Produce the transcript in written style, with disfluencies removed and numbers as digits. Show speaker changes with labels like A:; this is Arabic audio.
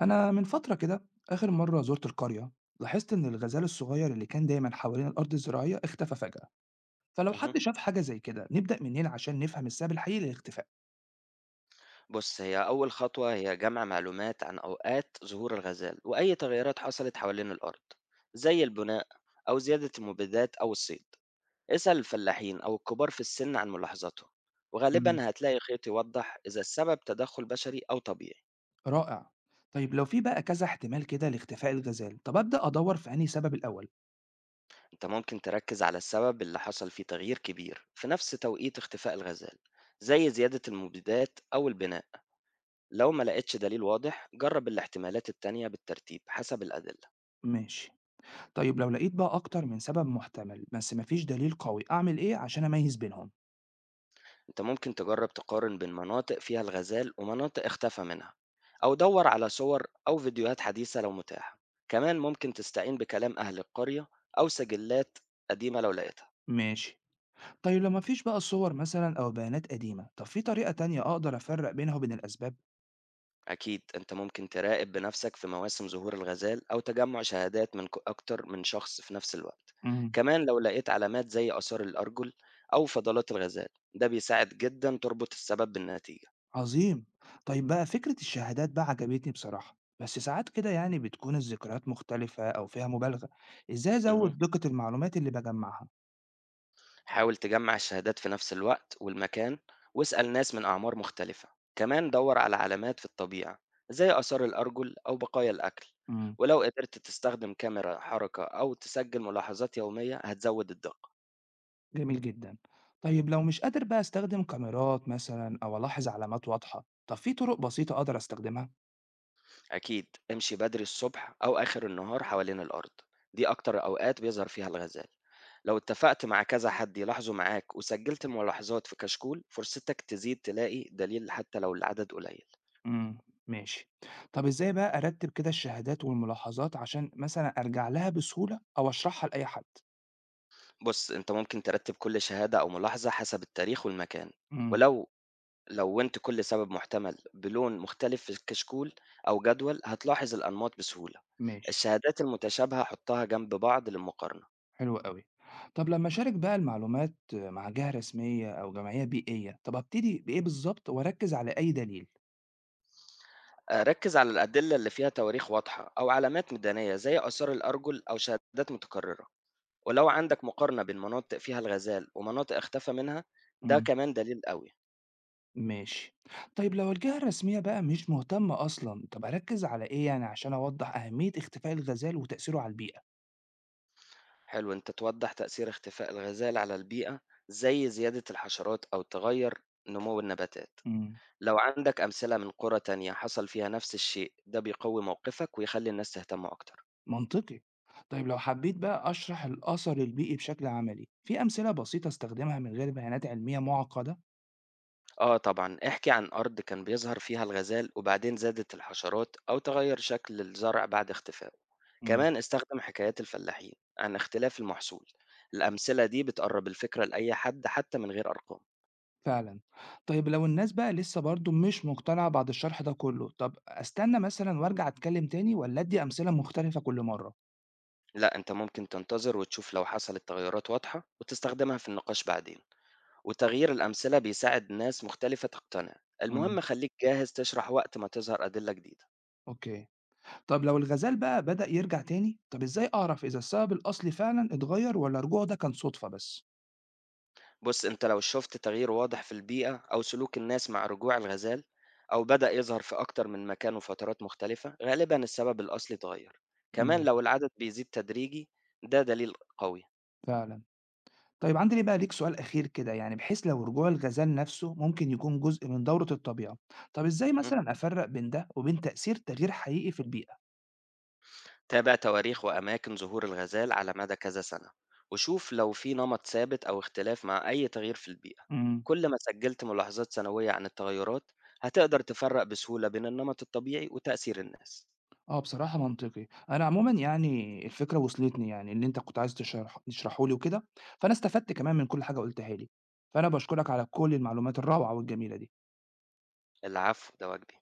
A: أنا من فترة كده آخر مرة زرت القرية. لاحظت إن الغزال الصغير اللي كان دايما حوالين الأرض الزراعية اختفى فجأة. فلو
B: اهم.
A: حد شاف حاجة زي كده نبدأ منين عشان نفهم السبب الحقيقي للاختفاء؟
B: بُص، هي أول خطوة هي جمع معلومات عن أوقات ظهور الغزال، وأي تغيرات حصلت حوالين الأرض، زي البناء أو زيادة المبيدات أو الصيد. اسأل الفلاحين أو الكبار في السن عن ملاحظاتهم،
A: مم.
B: وغالبًا هتلاقي خيط يوضح إذا السبب تدخل بشري أو طبيعي.
A: رائع. طيب لو في بقى كذا احتمال كده لاختفاء الغزال طب أبدأ أدور في أنهي سبب الأول؟
B: أنت ممكن تركز على السبب اللي حصل فيه تغيير كبير في نفس توقيت اختفاء الغزال زي زيادة المبيدات أو البناء. لو ما لقيتش دليل واضح جرب الاحتمالات التانية بالترتيب حسب الأدلة.
A: ماشي. طيب لو لقيت بقى أكتر من سبب محتمل بس مفيش دليل قوي أعمل إيه عشان أميز بينهم؟
B: أنت ممكن تجرب تقارن بين مناطق فيها الغزال ومناطق اختفى منها أو دور على صور أو فيديوهات حديثة لو متاحة. كمان ممكن تستعين بكلام أهل القرية أو سجلات قديمة لو لقيتها.
A: ماشي. طيب لو مفيش بقى صور مثلا أو بيانات قديمة طب في طريقة تانية أقدر أفرق بينها وبين الأسباب؟
B: أكيد أنت ممكن تراقب بنفسك في مواسم ظهور الغزال أو تجمع شهادات من أكتر من شخص في نفس الوقت.
A: مم.
B: كمان لو لقيت علامات زي آثار الأرجل أو فضلات الغزال ده بيساعد جدا تربط السبب بالنتيجة.
A: عظيم. طيب بقى فكرة الشهادات بقى عجبتني بصراحة، بس ساعات كده يعني بتكون الذكريات مختلفة أو فيها مبالغة. إزاي
B: مه.
A: أزود دقة المعلومات اللي بجمعها؟
B: حاول تجمع الشهادات في نفس الوقت والمكان واسأل ناس من أعمار مختلفة. كمان دور على علامات في الطبيعة زي آثار الأرجل أو بقايا الأكل.
A: امم.
B: ولو قدرت تستخدم كاميرا حركة أو تسجل ملاحظات يومية هتزود الدقة.
A: جميل جدا. طيب لو مش قادر بقى أستخدم كاميرات مثلا أو ألاحظ علامات واضحة طب في طرق بسيطة أقدر أستخدمها؟
B: أكيد امشي بدري الصبح أو آخر النهار حوالين الأرض، دي أكتر أوقات بيظهر فيها الغزال. لو اتفقت مع كذا حد يلاحظوا معاك وسجلت الملاحظات في كشكول فرصتك تزيد تلاقي دليل حتى لو العدد قليل.
A: امم. ماشي. طب إزاي بقى أرتب كده الشهادات والملاحظات عشان مثلا أرجع لها بسهولة أو أشرحها لأي حد؟
B: بص انت ممكن ترتب كل شهادة أو ملاحظة حسب التاريخ والمكان.
A: امم.
B: ولو لونت كل سبب محتمل بلون مختلف في الكشكول أو جدول هتلاحظ الأنماط بسهولة.
A: ماشي.
B: الشهادات المتشابهة حطها جنب بعض للمقارنة.
A: حلو أوي. طب لمّا أشارك بقى المعلومات مع جهة رسمية أو جمعية بيئية، طب أبتدي بإيه بالضبط وأركّز على أي دليل؟
B: ركّز على الأدلة اللي فيها تواريخ واضحة أو علامات ميدانية زي آثار الأرجل أو شهادات متكررة، ولو عندك مقارنة بين مناطق فيها الغزال ومناطق اختفى منها، ده
A: إمم،
B: كمان دليل قوي.
A: ماشي. طيب لو الجهة الرسمية بقى مش مهتمة أصلًا، طب أركّز على إيه يعني عشان أوضّح أهمية اختفاء الغزال وتأثيره على البيئة؟
B: حلو أنت توضّح تأثير اختفاء الغزال على البيئة زي زيادة الحشرات أو تغيّر نمو النباتات.
A: إمم،
B: لو عندك أمثلة من قرى تانية حصل فيها نفس الشيء، ده بيقوي موقفك ويخلّي الناس تهتم أكتر.
A: منطقي. طيب لو حبيت بقى أشرح الأثر البيئي بشكل عملي، في أمثلة بسيطة أستخدمها من غير بيانات علمية معقدة؟
B: آه طبعًا، احكِ عن أرض كان بيظهر فيها الغزال وبعدين زادت الحشرات أو تغيّر شكل الزرع بعد اختفائه،
A: إمم.
B: كمان استخدم حكايات الفلاحين عن اختلاف المحصول، الأمثلة دي بتقرّب الفكرة لأي حد حتى من غير أرقام.
A: فعلًا. طيب لو الناس بقى لسه برضه مش مقتنعة بعد الشرح ده كُلّه، طب أستنى مثلًا وأرجع أتكلّم تاني والّا أدّي أمثلة مختلفة كل مرّة؟
B: لأ أنت ممكن تنتظر وتشوف لو حصلت تغيرات واضحة وتستخدمها في النقاش بعدين، وتغيير الأمثلة بيساعد ناس مختلفة تقتنع،
A: إمم.
B: المهم خلّيك جاهز تشرح وقت ما تظهر أدلة جديدة.
A: أوكي. طب لو الغزال بقى بدأ يرجع تاني، طب إزاي أعرف إذا السبب الأصلي فعلًا اتغيّر والّا رجوعه ده كان صُدفة بس؟
B: بُص، أنت لو شُفت تغيير واضح في البيئة أو سلوك الناس مع رجوع الغزال، أو بدأ يظهر في أكتر من مكان وفترات مختلفة، غالبًا السبب الأصلي اتغير. كمان
A: إمم.
B: لو العدد بيزيد تدريجي، ده دليل قوي.
A: فعلًا. طيب عندي ليه بقى ليك سؤال أخير كده، يعني بحيث لو رجوع الغزال نَفْسه ممكن يكون جزء من دورة الطبيعة، طب إزاي
B: اهم.
A: مثلًا أفرّق بين ده وبين تأثير تغيير حقيقي في البيئة؟
B: تابع تواريخ وأماكن ظهور الغزال على مدى كذا سنة، وشوف لو في نمط ثابت أو اختلاف مع أي تغيير في البيئة.
A: إمم.
B: كل ما سجلت ملاحظات سنوية عن التغيرات، هتقدر تفرق بسهولة بين النمط الطبيعي وتأثير الناس.
A: آه، بصراحة منطقي. أنا عمومًا يعني الفكرة وصلتني، يعني اللي أنت كنت عايز تشرح تشرحه لي وكده، فأنا استفدت كمان من كل حاجة قُلتها لي، فأنا باشكرك على كل المعلومات الروعة والجميلة دي.
B: العفو، ده واجبي.